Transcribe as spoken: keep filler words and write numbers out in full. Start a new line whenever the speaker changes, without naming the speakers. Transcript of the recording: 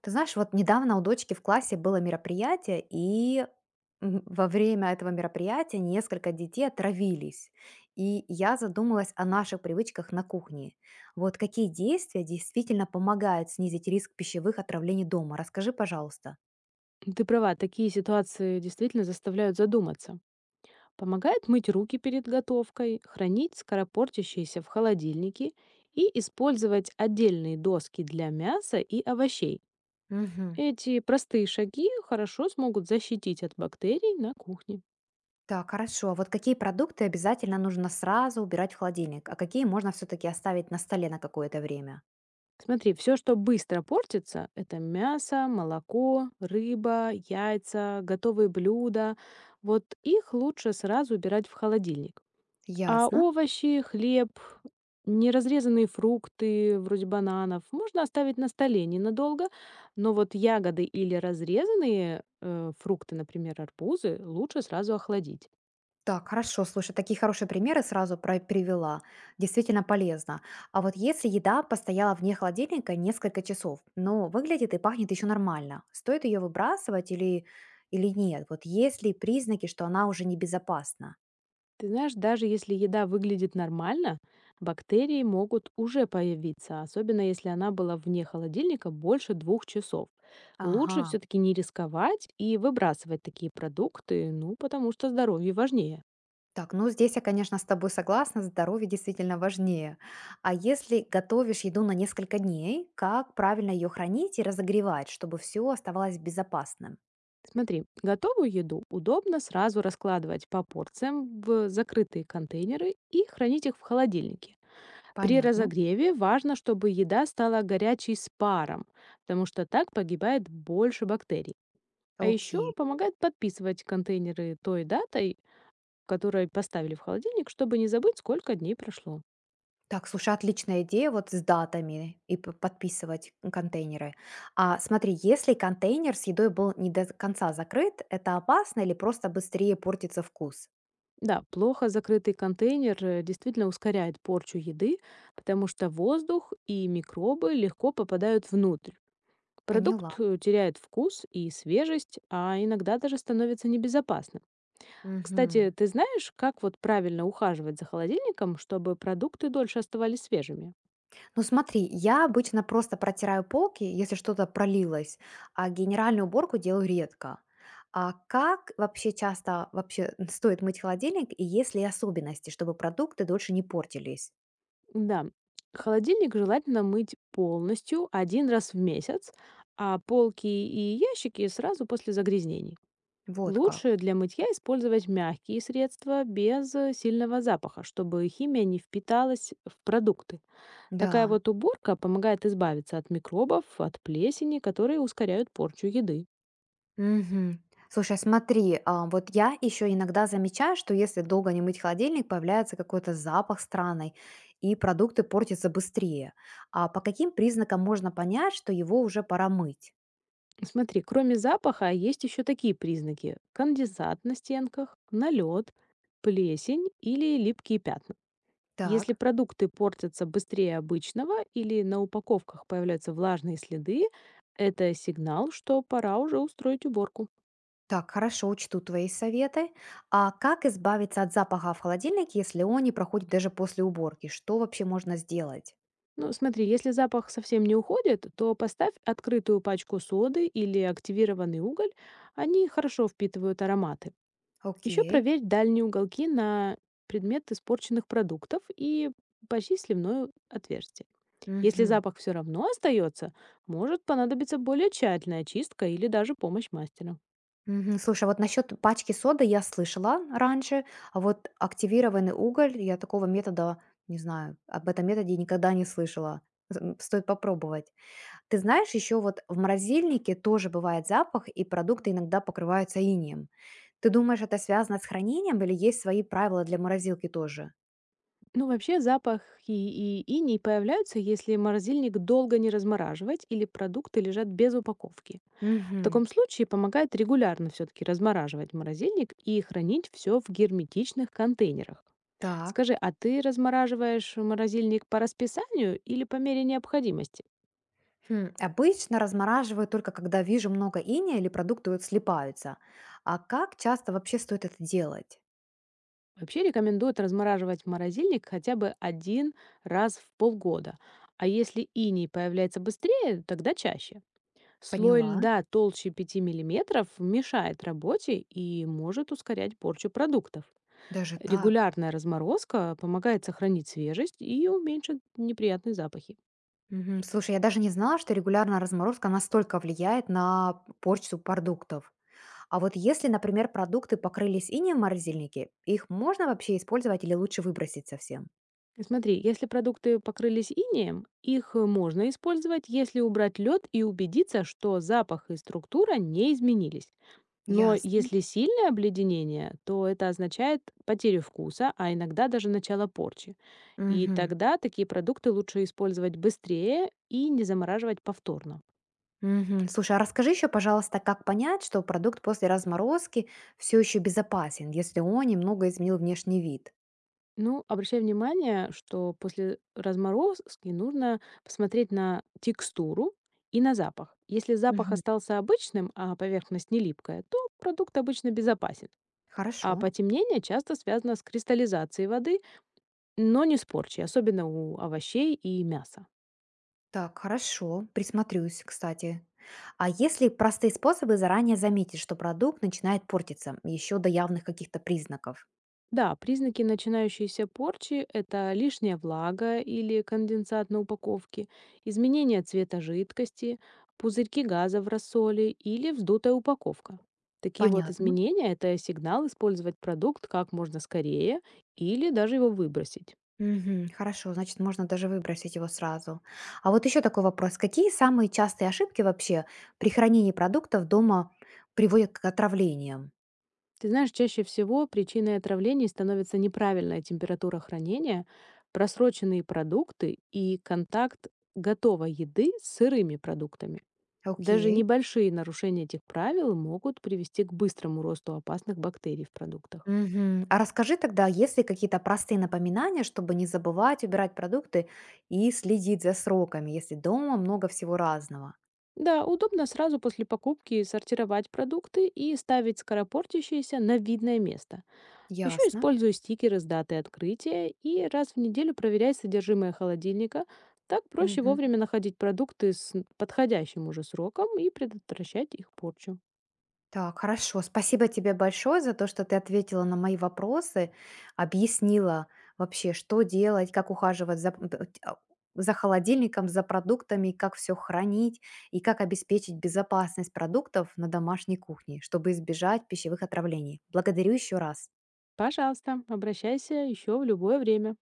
Ты знаешь, вот недавно у дочки в классе было мероприятие, и м, во время этого мероприятия несколько детей отравились. И я задумалась о наших привычках на кухне. Вот какие действия действительно помогают снизить риск пищевых отравлений дома? Расскажи, пожалуйста.
Ты права, такие ситуации действительно заставляют задуматься. Помогает мыть руки перед готовкой, хранить скоропортящиеся в холодильнике и использовать отдельные доски для мяса и овощей.
Мгм.
Эти простые шаги хорошо смогут защитить от бактерий на кухне.
Так, хорошо. А вот какие продукты обязательно нужно сразу убирать в холодильник, а какие можно все-таки оставить на столе на какое-то время?
Смотри, все, что быстро портится, это мясо, молоко, рыба, яйца, готовые блюда. Вот их лучше сразу убирать в холодильник. А
Ясно.
овощи, хлеб, неразрезанные фрукты, вроде бананов, можно оставить на столе ненадолго, но вот ягоды или разрезанные э, фрукты, например, арбузы, лучше сразу охладить.
Так, хорошо. Слушай, такие хорошие примеры сразу про- привела. Действительно полезно. А вот если еда постояла вне холодильника несколько часов, но выглядит и пахнет еще нормально, стоит ее выбрасывать или, или нет? Вот есть ли признаки, что она уже небезопасна?
Ты знаешь, даже если еда выглядит нормально, бактерии могут уже появиться, особенно если она была вне холодильника больше двух часов. Лучше
Ага.
все-таки не рисковать и выбрасывать такие продукты, ну, потому что здоровье важнее.
Так, ну здесь я, конечно, с тобой согласна, здоровье действительно важнее. А если готовишь еду на несколько дней, как правильно ее хранить и разогревать, чтобы все оставалось безопасным?
Смотри, готовую еду удобно сразу раскладывать по порциям в закрытые контейнеры и хранить их в холодильнике. При
Понятно.
разогреве важно, чтобы еда стала горячей с паром, потому что так погибает больше бактерий. А еще
Окей.
помогает подписывать контейнеры той датой, которой поставили в холодильник, чтобы не забыть, сколько дней прошло.
Так, слушай, отличная идея вот с датами и п- подписывать контейнеры. А смотри, если контейнер с едой был не до конца закрыт, это опасно или просто быстрее портится вкус?
Да, плохо закрытый контейнер э, действительно ускоряет порчу еды, потому что воздух и микробы легко попадают внутрь.
Поняла.
Продукт э, теряет вкус и свежесть, а иногда даже становится небезопасным.
Мгм.
Кстати, ты знаешь, как вот правильно ухаживать за холодильником, чтобы продукты дольше оставались свежими?
Ну смотри, я обычно просто протираю полки, если что-то пролилось, а генеральную уборку делаю редко. А как вообще часто вообще стоит мыть холодильник и есть ли особенности, чтобы продукты дольше не портились?
Да, холодильник желательно мыть полностью один раз в месяц, а полки и ящики сразу после загрязнений.
Вот
Лучше
как.
для мытья использовать мягкие средства без э, сильного запаха, чтобы химия не впиталась в продукты. Такая
Да.
вот уборка помогает избавиться от микробов, от плесени, которые ускоряют порчу еды.
Мгм. Слушай, смотри, а, вот я еще иногда замечаю, что если долго не мыть холодильник, появляется какой-то запах странный, и продукты портятся быстрее. А по каким признакам можно понять, что его уже пора мыть?
Смотри, кроме запаха есть еще такие признаки: конденсат на стенках, налет, плесень или липкие пятна. Если
Так,
продукты портятся быстрее обычного или на упаковках появляются влажные следы, это сигнал, что пора уже устроить уборку.
так, хорошо, учту твои советы. А как избавиться от запаха в холодильнике, если он не проходит даже после уборки? Что вообще можно сделать?
Ну, смотри, если запах совсем не уходит, то поставь открытую пачку соды или активированный уголь. Они хорошо впитывают ароматы. Еще
Окей.
проверь дальние уголки на предмет испорченных продуктов и почти сливное отверстие. Если
Мгм.
запах все равно остается, может понадобиться более тщательная чистка или даже помощь мастера.
Мгм. Слушай, вот насчет пачки соды я слышала раньше, а вот активированный уголь, я такого метода не знаю, об этом методе никогда не слышала. М, Стоит попробовать. Ты знаешь, еще вот в морозильнике тоже бывает запах, и продукты иногда покрываются инием. Ты думаешь, это связано с хранением или есть свои правила для морозилки тоже?
Ну, вообще запах и, и иней появляются, если морозильник долго не размораживать или продукты лежат без упаковки. В
Угу.
таком случае помогает регулярно все-таки размораживать морозильник и хранить все в герметичных контейнерах.
Так.
Скажи, а ты размораживаешь морозильник по расписанию или по мере необходимости?
Хм, Обычно размораживаю только когда вижу много иния или продукты вот слипаются. А как часто вообще стоит это делать?
Вообще рекомендуют размораживать морозильник хотя бы один раз в полгода. А если иней появляется быстрее, тогда чаще. Слой
Поняла.
льда толще пяти миллиметров мешает работе и может ускорять порчу продуктов.
Даже так?
Регулярная разморозка помогает сохранить свежесть и уменьшит неприятные запахи.
Мгм. Слушай, я даже не знала, что регулярная разморозка настолько влияет на порчу продуктов. А вот если, например, продукты покрылись инеем в морозильнике, их можно вообще использовать или лучше выбросить совсем?
И Смотри, если продукты покрылись инеем, их можно использовать, если убрать лед и убедиться, что запах и структура не изменились. Но
Ясно.
если сильное обледенение, то это означает потерю вкуса, а иногда даже начало порчи. И
Мгм.
тогда такие продукты лучше использовать быстрее и не замораживать повторно.
Мгм. Слушай, а расскажи еще, пожалуйста, как понять, что продукт после разморозки все еще безопасен, если он немного изменил внешний вид?
Ну, обращай внимание, что после разморозки нужно посмотреть на текстуру и на запах. Если запах
Мгм.
остался обычным, а поверхность не липкая, то продукт обычно безопасен.
Хорошо.
А потемнение часто связано с кристаллизацией воды, но не с порчей, особенно у овощей и мяса.
Так, хорошо, присмотрюсь, кстати. А если простые способы заранее заметить, что продукт начинает портиться, еще до явных каких-то признаков?
Да, признаки начинающейся порчи — это лишняя влага или конденсат на упаковке, изменение цвета жидкости, пузырьки газа в рассоле или вздутая упаковка. Такие вот
Понятно.
изменения — это сигнал использовать продукт как можно скорее или даже его выбросить.
Мгм, хорошо, значит, можно даже выбросить его сразу. А вот еще такой вопрос. Какие самые частые ошибки вообще при хранении продуктов дома приводят к отравлениям?
Ты знаешь, чаще всего причиной отравлений становится неправильная температура хранения, просроченные продукты и контакт готовой еды с сырыми продуктами. Даже
Окей.
небольшие нарушения этих правил могут привести к быстрому росту опасных бактерий в продуктах.
Мгм. А расскажи тогда, есть ли какие-то простые напоминания, чтобы не забывать убирать продукты и следить за сроками, если дома много всего разного?
Да, удобно сразу после покупки сортировать продукты и ставить скоропортящиеся на видное место. Еще
Ясно.
использую стикеры с датой открытия и раз в неделю проверяй содержимое холодильника. Так проще
Мгм.
вовремя находить продукты с подходящим уже сроком и предотвращать их порчу.
Так, хорошо. Спасибо тебе большое за то, что ты ответила на мои вопросы, объяснила вообще, что делать, как ухаживать за, п- т- а, за холодильником, за продуктами, как все хранить и как обеспечить безопасность продуктов на домашней кухне, чтобы избежать пищевых отравлений. Благодарю еще раз.
Пожалуйста, обращайся еще в любое время.